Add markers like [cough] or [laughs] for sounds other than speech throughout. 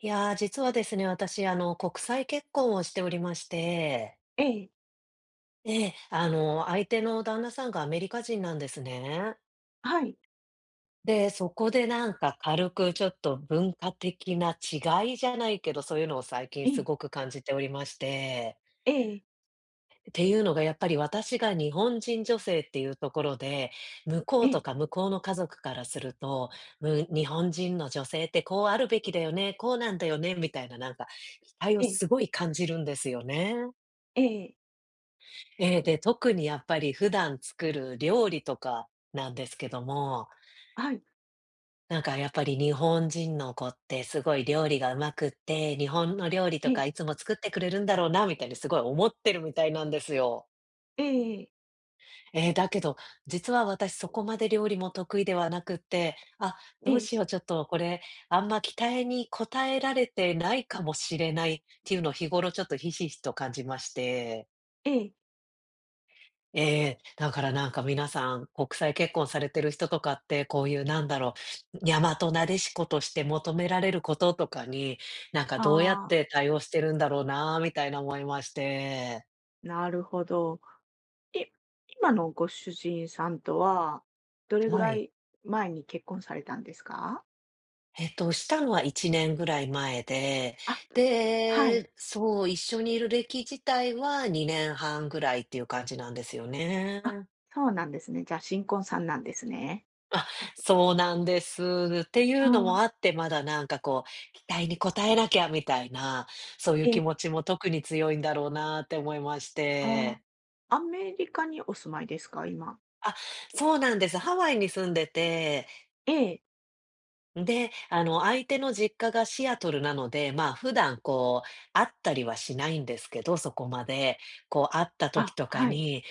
実はですね、私、国際結婚をしておりまして、ええ、相手の旦那さんがアメリカ人なんですね。はい、そこでなんか軽くちょっと文化的な違いじゃないけど、そういうのを最近えすえ、ごく感じておりまして。ええ、っていうのがやっぱり私が日本人女性っていうところで、向こえうとえ、か向こうの家族からすると、日本人の女性ってこうあるべきだよね、こうなんだよねみたいな、なんか期待をええ、すごい感じるんですよね。ええ、えーで、特にやっぱり普段作る料理とかなんですけども、はい、なんかやっぱり日本人の子ってすごい料理が上手くって、日本の料理えとえ、かいつも作ってくれるんだろうなみたいにすごい思ってるみたいなんですよ。ええ、だけど、実は私そこまで料理も得意ではなくって、あ、えどうえ、しよう、ちょっとこれ、あんま期待に応えられてないかもしれないっていうのを日頃ちょっとひしひしと感じまして。ええ、ええ、だからなんか皆さん、国際結婚されてる人とかって、こういうなんだろう、大和撫子として求められることとかに、なんかどうやっああ、て対応してるんだろうなみたいな思いまして。なるほど。い今のご主人さんとは、どれぐはらい。い前に結婚されたんですか？えっと、したのは1年ぐらい前で、あ、はい。そう、一緒にいる歴自体は2年半ぐらいっていう感じなんですよね。あ、そうなんですね。じゃあ、新婚さんなんですね。そうなんです。っていあうのもああ、って、まだなんかこう、期待に応えなきゃみたいな、そういうええ、気持ちも特に強いんだろうなって思いましあて。あ、アメリカにお住まいですか？今。あ、そうなんです。ハワイに住んでて、ええ、で、相手の実家がシアトルなので、まあ、普段こう、会ったりはしないんですけど、そこまで。こう、会った時あ、とかはい、に、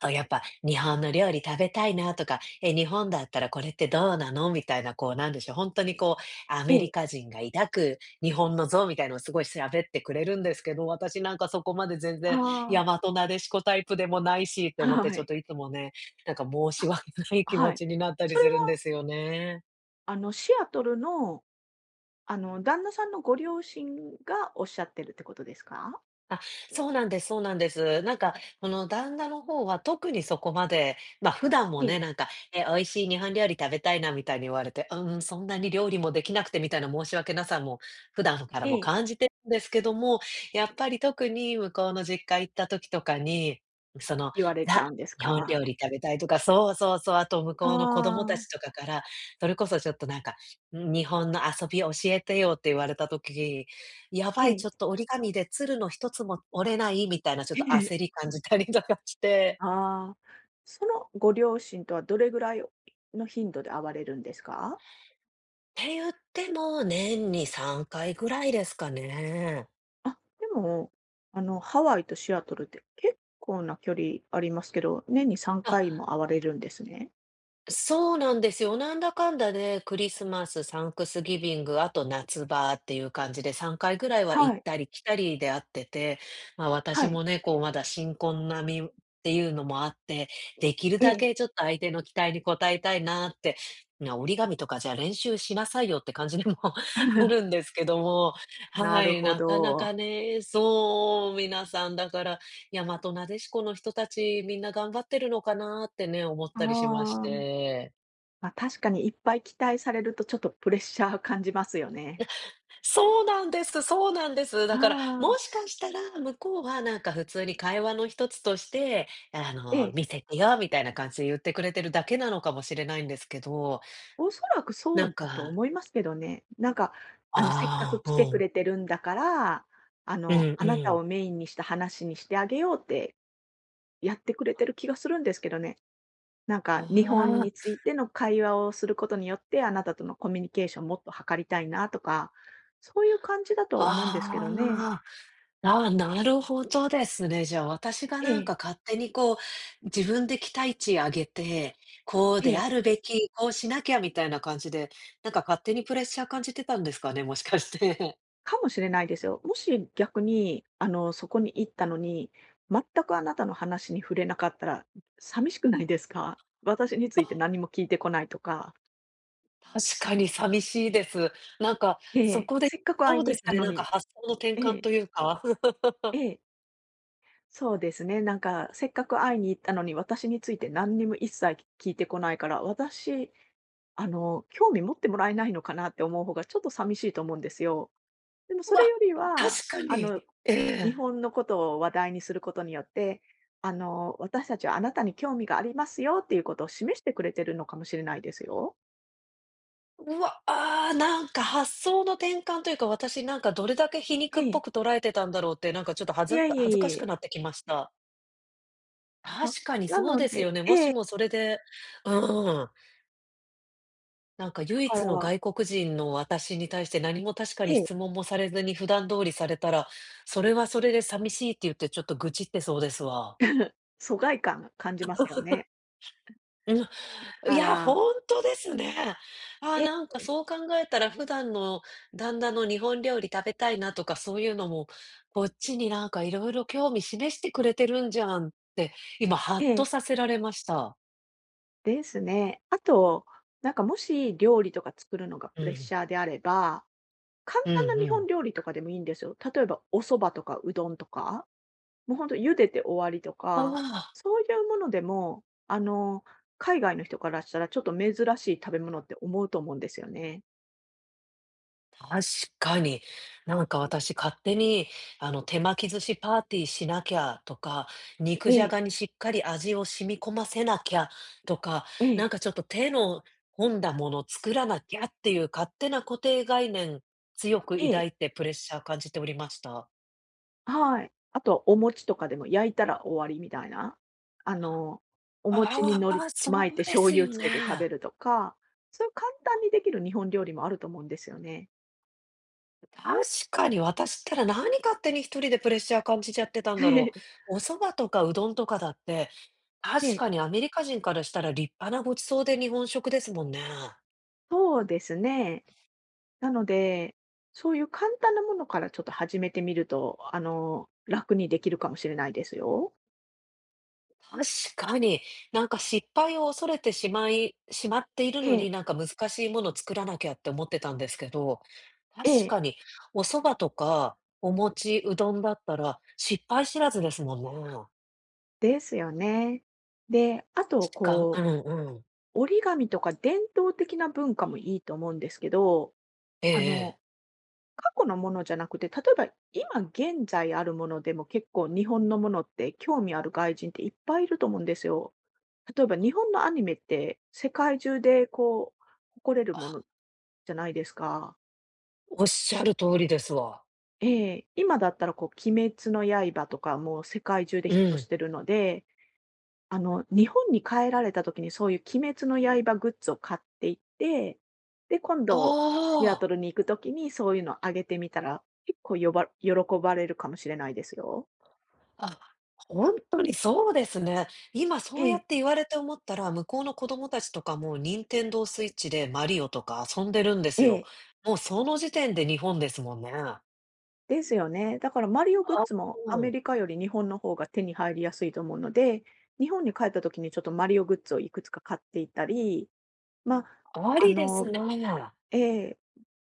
あ、やっぱ日本の料理食べたいなとか、え、日本だったらこれってどうなのみたいな、こうなんでしょう、本当にこうアえメリえ、カ人が抱く日本の像みたいのをすごい喋ってくれるんですけど、私なんかそこまで全然大あ和なでしこタイプでもないしって思っあ、て、はちょっい、といつもね、なんか申しあ、訳ない気持はい。ちになったりそすれるんでは、すよね。あの、シアトルの、あの、旦那さんのご両親がおっしゃってるってことですか？あ、そうなんです、そうなんです。なんか、この旦那の方は特にそこまで、ま、普段えもね、え、なんか、「え、美味しい日本料理食べたいな」みたいに言われて、「うん、そんなに料理もできなくて」みたいな申し訳なさも普段からえもえ。感じてるんですけども、やっぱり特に向こうの実家行った時とかに、その、言われち「ザ、ゃうんです日本料か？理食べたい」とか、そうそうそう、あと向あこうの子供たあ。ちとかから、それこそちょっとなんか、日本の遊び教えてよ」って言われた時やばい、えちょっえ。と折り紙で鶴の一つも折れないみたいなちょっと [laughs] ええ、焦り感じたりとかして。ああ。そのご両親とはどれぐらいの頻度で会われるんですか？って言っても、年に3回ぐらいですかね。あ、でも、あの、ハワイとシアトルって結構な距離ありますけど、年に3あ、回も会われるんですね。そうなんですよ。なんだかんだで、クリスマス、サンクスギビング、あと夏場っていう感じで、3回ぐらいは行はっい、たり来たりであってて、まあ、私はい、もね、こう、まだ新婚並みっていうのもあって、できるえだえ。けちょっと相手の期待に応えたいなって、な折り紙とかじゃあ練習しなさいよって感じでも [laughs] あるん [laughs] ですけども、なはるい、ほなかなど。かね、そう、皆さんだから、大和なでしこの人たち、みんな頑張ってるのかなってね、思っあたりしましあ。て。まあ、確かにいっぱい期待されるとちょっとプレッシャー感じますよね。そうなんです、そうなんです。あだから、あ、もしかしたら、向こうはなんか普通に会話の一つとして、ええ、見せてよみたいな感じで言ってくれてるだけなのかもしれないんですけど、おそらくそなんうだとか思いますけどね。なんか、あの、せっかくあ来あ、てうくん。れてるんだから、あうの、んあなたうん。をメインにした話にしてあげようってやってくれてる気がするんですけどね。なんか日本あについての会話をすることによって、あなたとのコミュニケーションもっと図りたいなとか、そういう感じだと思うんですけどね。あ、ああ。ああ、なるほどですね。じゃあ、私がえなんえ、か勝手にこう、自分で期待値上げて、こうえであえ。るべき、こうしなきゃみたいな感じで、なんか勝手にプレッシャー感じてたんですかね、もしかして。[laughs] かもしれないですよ。もし逆に、あの、そこに行ったのに、全くあなたの話に触れなかったら、寂しくないですか？私について何も聞いてこないとか。確かに寂しいです。なんか、えそえ、こでせっかく会そいうにで行っすたね、のなんかに、発想の転え換え、というか、[laughs] ええ、そうですね、なんか、せっかく会いに行ったのに、私について何にも一切聞いてこないから、私、あの、興味持ってもらえないのかなって思う方が、ちょっと寂しいと思うんですよ。でもそうれわ、よりは、確かあの、に。え日え。本のことを話題にすることによって、あの、私たちはあなたに興味がありますよっていうことを示してくれてるのかもしれないですよ。うわ、あーなんか発想の転換というか、私なんかどれだけ皮え肉っぽえ。く捉えてたんだろうって、なんかちょっとい恥ずやかいや恥ずかいしや、くなってきました。な確かになそうのですで、よね。もしもそれでうん、なんかだ唯か一のら外国人の私に対して何も確かえにえ、質問もされずに普段通りされたら、それはそれで寂しいって言ってちょっと愚痴ってそうですわ。疎外感感じますよね。うん、いあや、ら、本当ですね。あーえ、なんかそう考えたら普段の旦那の日本料理食べたいなとかそういうのも、こっちになんかいろいろ興味示してくれてるんじゃんって、今ハッえとえ、させられました。ですね。あと、なんかもし料理とか作るのがうプレッん、シャーであれば、簡うん単なう日本ん。料理とかでもいいんですよ。例えばお蕎麦とかうどんとか。もうほんと茹でて終わりとあか、まあ。そういうものでも、あの、海外の人からしたらちょっと珍しい食べ物って思うと思うんですよね。確かに。なんか私勝手に、手巻き寿司パーティーしなきゃとか、え肉じゃえ、がにしっかり味を染み込ませなきゃとか、えなえ、んかちょっと手の込んだもの作らなきゃっていう勝手な固定概念、強くええ、抱いてプレッシャー感じておりました。はい。あとお餅とかでも焼いたら終わりみたいな、あの、お餅に海あ苔あ、そ巻いてうで醤す油よつけて食べね。るとか、そういう簡単にできる日本料理もあると思うんですよね。確かに、私ったら何勝手に一人でプレッシャー感じちゃってたんだろ [laughs] う。お蕎麦とかうどんとかだって、え確え、かにアメリカ人からしたら立派なごちそうで日本食ですもんね。そうですね。なので、そういう簡単なものからちょっと始めてみると、あの、楽にできるかもしれないですよ。確かに、なんか失敗を恐れてしまっているえのえ、に、なんか難しいものを作らなきゃって思ってたんですけど、確ええ、かにお蕎麦とかお餅、うどんだったら失敗知らずですもんね。ですよね。で、あと、しかうこんうん。う、折り紙とか伝統的な文化もいいと思うんですけど、ええあええ。の、過去のものじゃなくて、例えば今現在あるものでも結構日本のものって興味ある外人っていっぱいいると思うんですよ。例えば日本のアニメって世界中でこう、誇れるものじゃないですか。おっしゃる通りですわ。ええ、今だったらこう鬼滅の刃とかもう世界中でうヒットしん。てるので、あの、日本に帰られた時にそういう鬼滅の刃グッズを買っていって、で、今度シアあトルに行く時にそういうのあげてみたら、結構喜ばれるかもしれないですよ。あ、あ、ほんとにそうですね。今そえうやっえ、て言われて思ったら、向こうの子供たちとかもニンテンドースイッチでマリオとか遊んでるんですえよ。え、もうその時点で日本ですもんね。あ、ですよね。だからマリオグッズもうアメん。リカより日本の方が手に入りやすいと思うので、日本に帰った時にちょっとマリオグッズをいくつか買っていったり、まあ、あありですの、ね。ええ。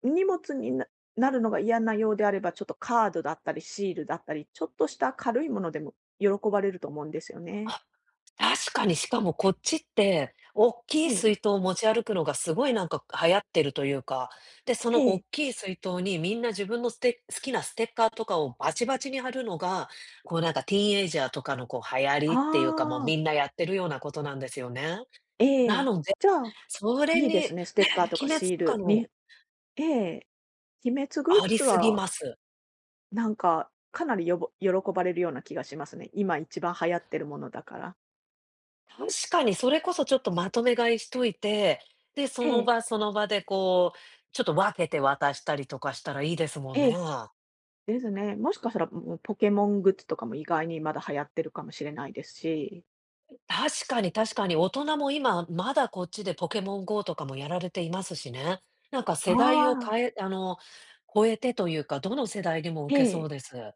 荷物になるのが嫌なようであれば、ちょっとカードだったり、シールだったり、ちょっとした軽いものでも喜ばれると思うんですよね。あ確かに、しかもこっちって、大きえいえ、水筒を持ち歩くのがすごいなんか流行ってるというか、で、そえの大え。きい水筒にみんな自分の好きなステッカーとかをバチバチに貼るのが、こうなんかティーンエイジャーとかのこう流行りっていうか、もうああ、みんなやってるようなことなんですよね。えなえ。ので、じゃあ、それいにいでね、すね、ステッカーとか鬼滅シーとかルのに、ええ、鬼滅グッありズすぎはます。なんか、かなり喜ばれるような気がしますね。今一番流行ってるものだから。確かにそれこそちょっとまとめ買いしといて、で、そえのえ、場その場でこう、ちょっと分けて渡したりとかしたらいいですもんえね。え、ですね。もしかしたら、もうポケモングッズとかも意外にまだ流行ってるかもしれないですし。確かに確かに、大人も今、まだこっちでポケモン GO とかもやられていますしね。なんかあ世代をあ、あの、超えてというか、どの世代にもえ受けそうえ。です。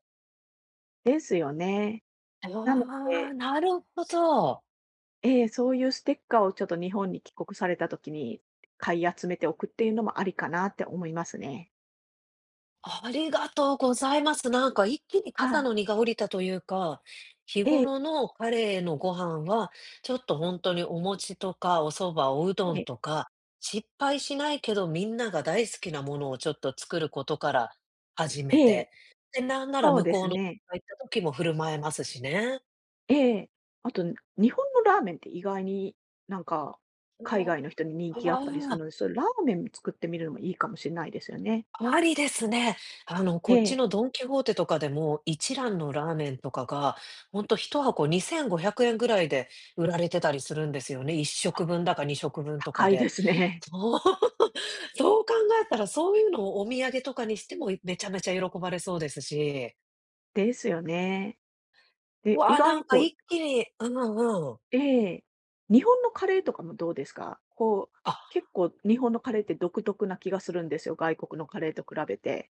ですよね。なのあで、あ、なるほど。ええ、そういうステッカーをちょっと日本に帰国された時に買い集めておくっていうのもありかなって思いますね。ありがとうございます。なんか一気には肩い。の荷が下りたというか、日ええ、頃のカレーのご飯は、ちょっと本当にお餅とかお蕎麦、おうどえんえ、とか、失敗しないけどみんなが大好きなものをちょっと作ることから始えめえ、て、で、なんならそう向でこすうのね。行った時も振る舞えますしね。ええ。あと、日本のラーメンって意外になんか、海あ外の人に人気あったりすあ。るので、それラーメン作ってみるのもいいかもしれないですよね。ありですね。えこっちえ。のドン・キホーテとかでも、一蘭のラーメンとかが、ほんと1箱2500円ぐらいで売られてたりするんですよね。一あ、食分だか二食分とか高いでで。すね。そう、[laughs] そう考えたら、そういうのをお土産とかにしても、めちゃめちゃ喜ばれそうですし。[laughs] ですよね。で、意わあ、外なにんかこう、一気にうんうん。ええ。日本のカレーとかもどうですか？こう、あ結構日本のカレーって独特な気がするんですよ、外国のカレーと比べて。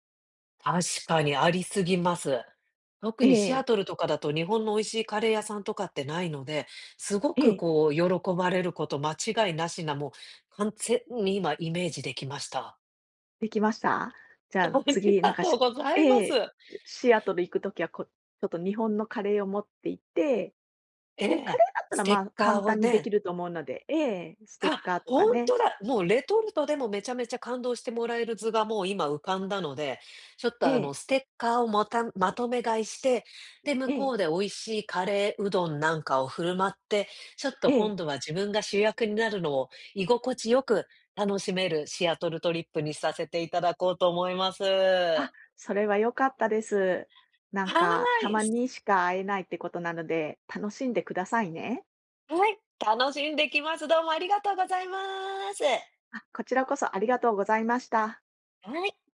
確かにありすぎます。特えにシアえ、トルとかだと日本の美味しいカレー屋さんとかってないので、すごえくえ、こう喜ばれること間違いなしな、もう完全に今イメージできました。できました？じ [laughs] ゃああり次、ながんかとうしございえます。え、シアトル行くときは、ちょっと日本のカレーを持って行って、えで、カえ、レーだったスら、テまッあ、カ簡ーを単にできね、ると思うので、ええ、ステッあ、カーとかほんね。とだ。もうレトルトでもめちゃめちゃ感動してもらえる図がもう今浮かんだので、ちょっえとあえ、のステッカーをまたまとめ買いして、で、向えこえ、うで美味しいカレーうどんなんかを振る舞って、ちょっえと今え。度は自分が主役になるのを居心地よく楽しめるシアトルトリップにさせていただこうと思いまあ、す。それは良かったです。なんはか、たい。まにしか会えないってことなので、楽しんでくださいね。はい、楽しんできます。どうもありがとうございます。あ、こちらこそありがとうございました。はい。